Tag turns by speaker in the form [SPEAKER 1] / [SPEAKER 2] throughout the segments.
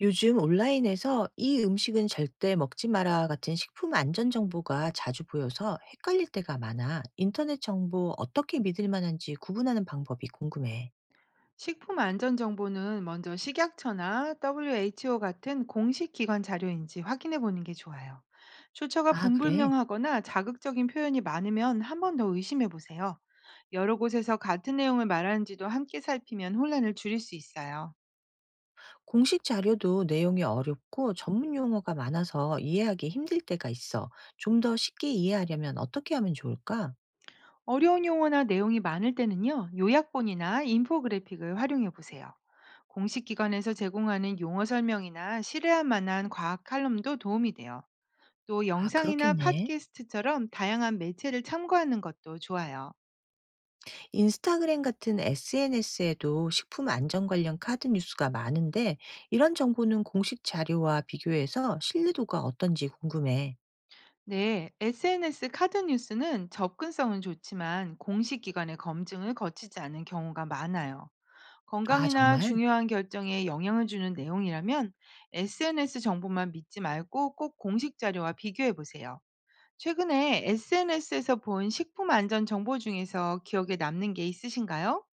[SPEAKER 1] 요즘 온라인에서 "이 음식은 절대 먹지 마라." 같은 식품 안전 정보가 자주 보여서 헷갈릴 때가 많아. 인터넷 정보 어떻게 믿을 만한지 구분하는 방법이 궁금해.
[SPEAKER 2] 식품 안전 정보는 먼저 식약처나 WHO 같은 공식 기관 자료인지 확인해 보는 게 좋아요. 출처가
[SPEAKER 1] 아, 그래?
[SPEAKER 2] 분불명하거나 자극적인 표현이 많으면 한번 더 의심해 보세요. 여러 곳에서 같은 내용을 말하는지도 함께 살피면 혼란을 줄일 수 있어요.
[SPEAKER 1] 공식 자료도 내용이 어렵고 전문 용어가 많아서 이해하기 힘들 때가 있어. 좀 더 쉽게 이해하려면 어떻게 하면 좋을까?
[SPEAKER 2] 어려운 용어나 내용이 많을 때는요, 요약본이나 인포그래픽을 활용해 보세요. 공식 기관에서 제공하는 용어 설명이나 실뢰할 만한 과학 칼럼도 도움이 돼요. 또
[SPEAKER 1] 아,
[SPEAKER 2] 영상이나
[SPEAKER 1] 그렇겠네.
[SPEAKER 2] 팟캐스트처럼 다양한 매체를 참고하는 것도 좋아요.
[SPEAKER 1] 인스타그램 같은 SNS에도 식품 안전 관련 카드 뉴스가 많은데 이런 정보는 공식 자료와 비교해서 신뢰도가 어떤지 궁금해.
[SPEAKER 2] 네, SNS 카드 뉴스는 접근성은 좋지만 공식 기관의 검증을 거치지 않은 경우가 많아요.
[SPEAKER 1] 아,
[SPEAKER 2] 건강이나
[SPEAKER 1] 정말?
[SPEAKER 2] 중요한 결정에 영향을 주는 내용이라면 SNS 정보만 믿지 말고 꼭 공식 자료와 비교해 보세요. 최근에 SNS에서 본 식품 안전 정보 중에서 기억에 남는 게 있으신가요?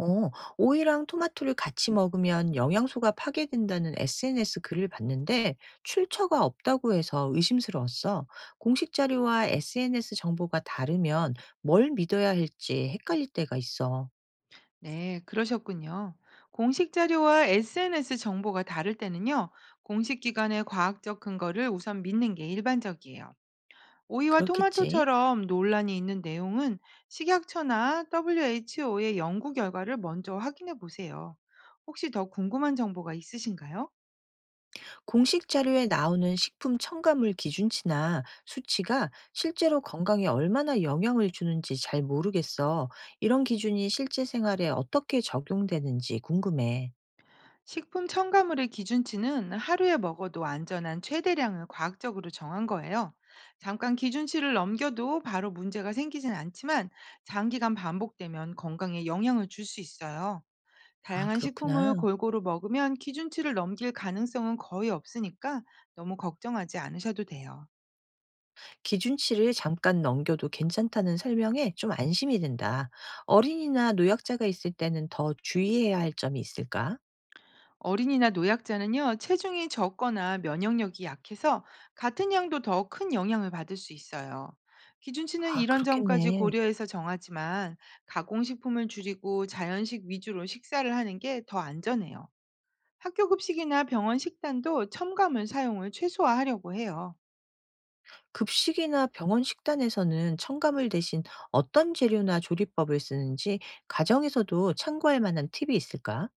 [SPEAKER 1] 어, 오이랑 토마토를 같이 먹으면 영양소가 파괴된다는 SNS 글을 봤는데 출처가 없다고 해서 의심스러웠어. 공식 자료와 SNS 정보가 다르면 뭘 믿어야 할지 헷갈릴 때가 있어.
[SPEAKER 2] 네, 그러셨군요. 공식 자료와 SNS 정보가 다를 때는요, 공식 기관의 과학적 근거를 우선 믿는 게 일반적이에요. 오이와
[SPEAKER 1] 그렇겠지?
[SPEAKER 2] 토마토처럼 논란이 있는 내용은 식약처나 WHO의 연구 결과를 먼저 확인해 보세요. 혹시 더 궁금한 정보가 있으신가요?
[SPEAKER 1] 공식 자료에 나오는 식품 첨가물 기준치나 수치가 실제로 건강에 얼마나 영향을 주는지 잘 모르겠어. 이런 기준이 실제 생활에 어떻게 적용되는지 궁금해.
[SPEAKER 2] 식품 첨가물의 기준치는 하루에 먹어도 안전한 최대량을 과학적으로 정한 거예요. 잠깐 기준치를 넘겨도 바로 문제가 생기진 않지만 장기간 반복되면 건강에 영향을 줄 수 있어요.
[SPEAKER 1] 아,
[SPEAKER 2] 다양한 식품을
[SPEAKER 1] 그렇구나.
[SPEAKER 2] 골고루 먹으면 기준치를 넘길 가능성은 거의 없으니까 너무 걱정하지 않으셔도 돼요.
[SPEAKER 1] 기준치를 잠깐 넘겨도 괜찮다는 설명에 좀 안심이 된다. 어린이나 노약자가 있을 때는 더 주의해야 할 점이 있을까?
[SPEAKER 2] 어린이나 노약자는요, 체중이 적거나 면역력이 약해서 같은 양도 더 큰 영향을 받을 수 있어요. 기준치는
[SPEAKER 1] 아,
[SPEAKER 2] 이런 점까지
[SPEAKER 1] 그렇겠네.
[SPEAKER 2] 고려해서 정하지만 가공식품을 줄이고 자연식 위주로 식사를 하는 게 더 안전해요. 학교 급식이나 병원 식단도 첨가물 사용을 최소화하려고 해요.
[SPEAKER 1] 급식이나 병원 식단에서는 첨가물 대신 어떤 재료나 조리법을 쓰는지 가정에서도 참고할 만한 팁이 있을까?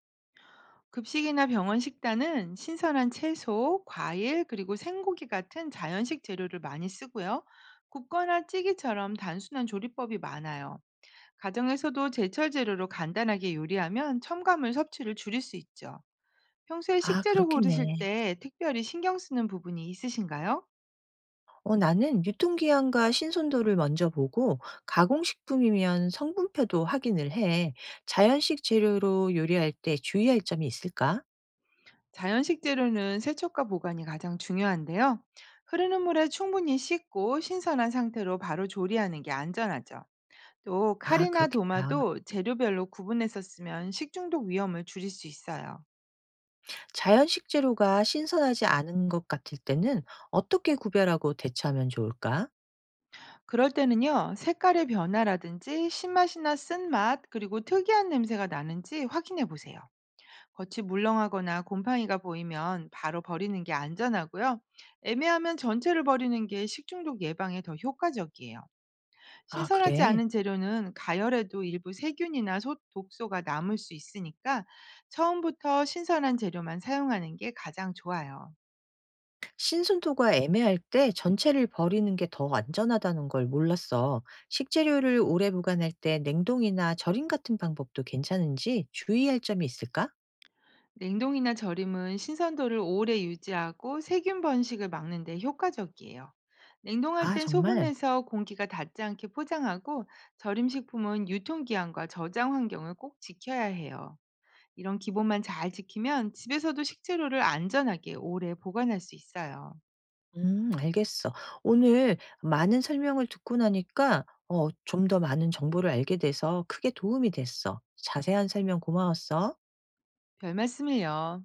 [SPEAKER 2] 급식이나 병원 식단은 신선한 채소, 과일, 그리고 생고기 같은 자연식 재료를 많이 쓰고요. 굽거나 찌기처럼 단순한 조리법이 많아요. 가정에서도 제철 재료로 간단하게 요리하면 첨가물 섭취를 줄일 수 있죠. 평소에
[SPEAKER 1] 아,
[SPEAKER 2] 식재료 고르실
[SPEAKER 1] 그렇겠네.
[SPEAKER 2] 때 특별히 신경 쓰는 부분이 있으신가요?
[SPEAKER 1] 어, 나는 유통기한과 신선도를 먼저 보고 가공식품이면 성분표도 확인을 해. 자연식 재료로 요리할 때 주의할 점이 있을까?
[SPEAKER 2] 자연 식재료는 세척과 보관이 가장 중요한데요. 흐르는 물에 충분히 씻고 신선한 상태로 바로 조리하는 게 안전하죠. 또
[SPEAKER 1] 아,
[SPEAKER 2] 칼이나
[SPEAKER 1] 그렇겠다.
[SPEAKER 2] 도마도 재료별로 구분해서 쓰면 식중독 위험을 줄일 수 있어요.
[SPEAKER 1] 자연식 재료가 신선하지 않은 것 같을 때는 어떻게 구별하고 대처하면 좋을까?
[SPEAKER 2] 그럴 때는요, 색깔의 변화라든지 신맛이나 쓴맛, 그리고 특이한 냄새가 나는지 확인해 보세요. 겉이 물렁하거나 곰팡이가 보이면 바로 버리는 게 안전하고요. 애매하면 전체를 버리는 게 식중독 예방에 더 효과적이에요.
[SPEAKER 1] 아,
[SPEAKER 2] 신선하지
[SPEAKER 1] 그래.
[SPEAKER 2] 않은 재료는 가열해도 일부 세균이나 독소가 남을 수 있으니까 처음부터 신선한 재료만 사용하는 게 가장 좋아요.
[SPEAKER 1] 신선도가 애매할 때 전체를 버리는 게 더 안전하다는 걸 몰랐어. 식재료를 오래 보관할 때 냉동이나 절임 같은 방법도 괜찮은지 주의할 점이 있을까?
[SPEAKER 2] 냉동이나 절임은 신선도를 오래 유지하고 세균 번식을 막는 데 효과적이에요. 냉동할
[SPEAKER 1] 아,
[SPEAKER 2] 땐
[SPEAKER 1] 정말?
[SPEAKER 2] 소분해서 공기가 닿지 않게 포장하고 절임식품은 유통기한과 저장 환경을 꼭 지켜야 해요. 이런 기본만 잘 지키면 집에서도 식재료를 안전하게 오래 보관할 수 있어요.
[SPEAKER 1] 알겠어. 오늘 많은 설명을 듣고 나니까 좀 더 많은 정보를 알게 돼서 크게 도움이 됐어. 자세한 설명 고마웠어.
[SPEAKER 2] 별 말씀을요.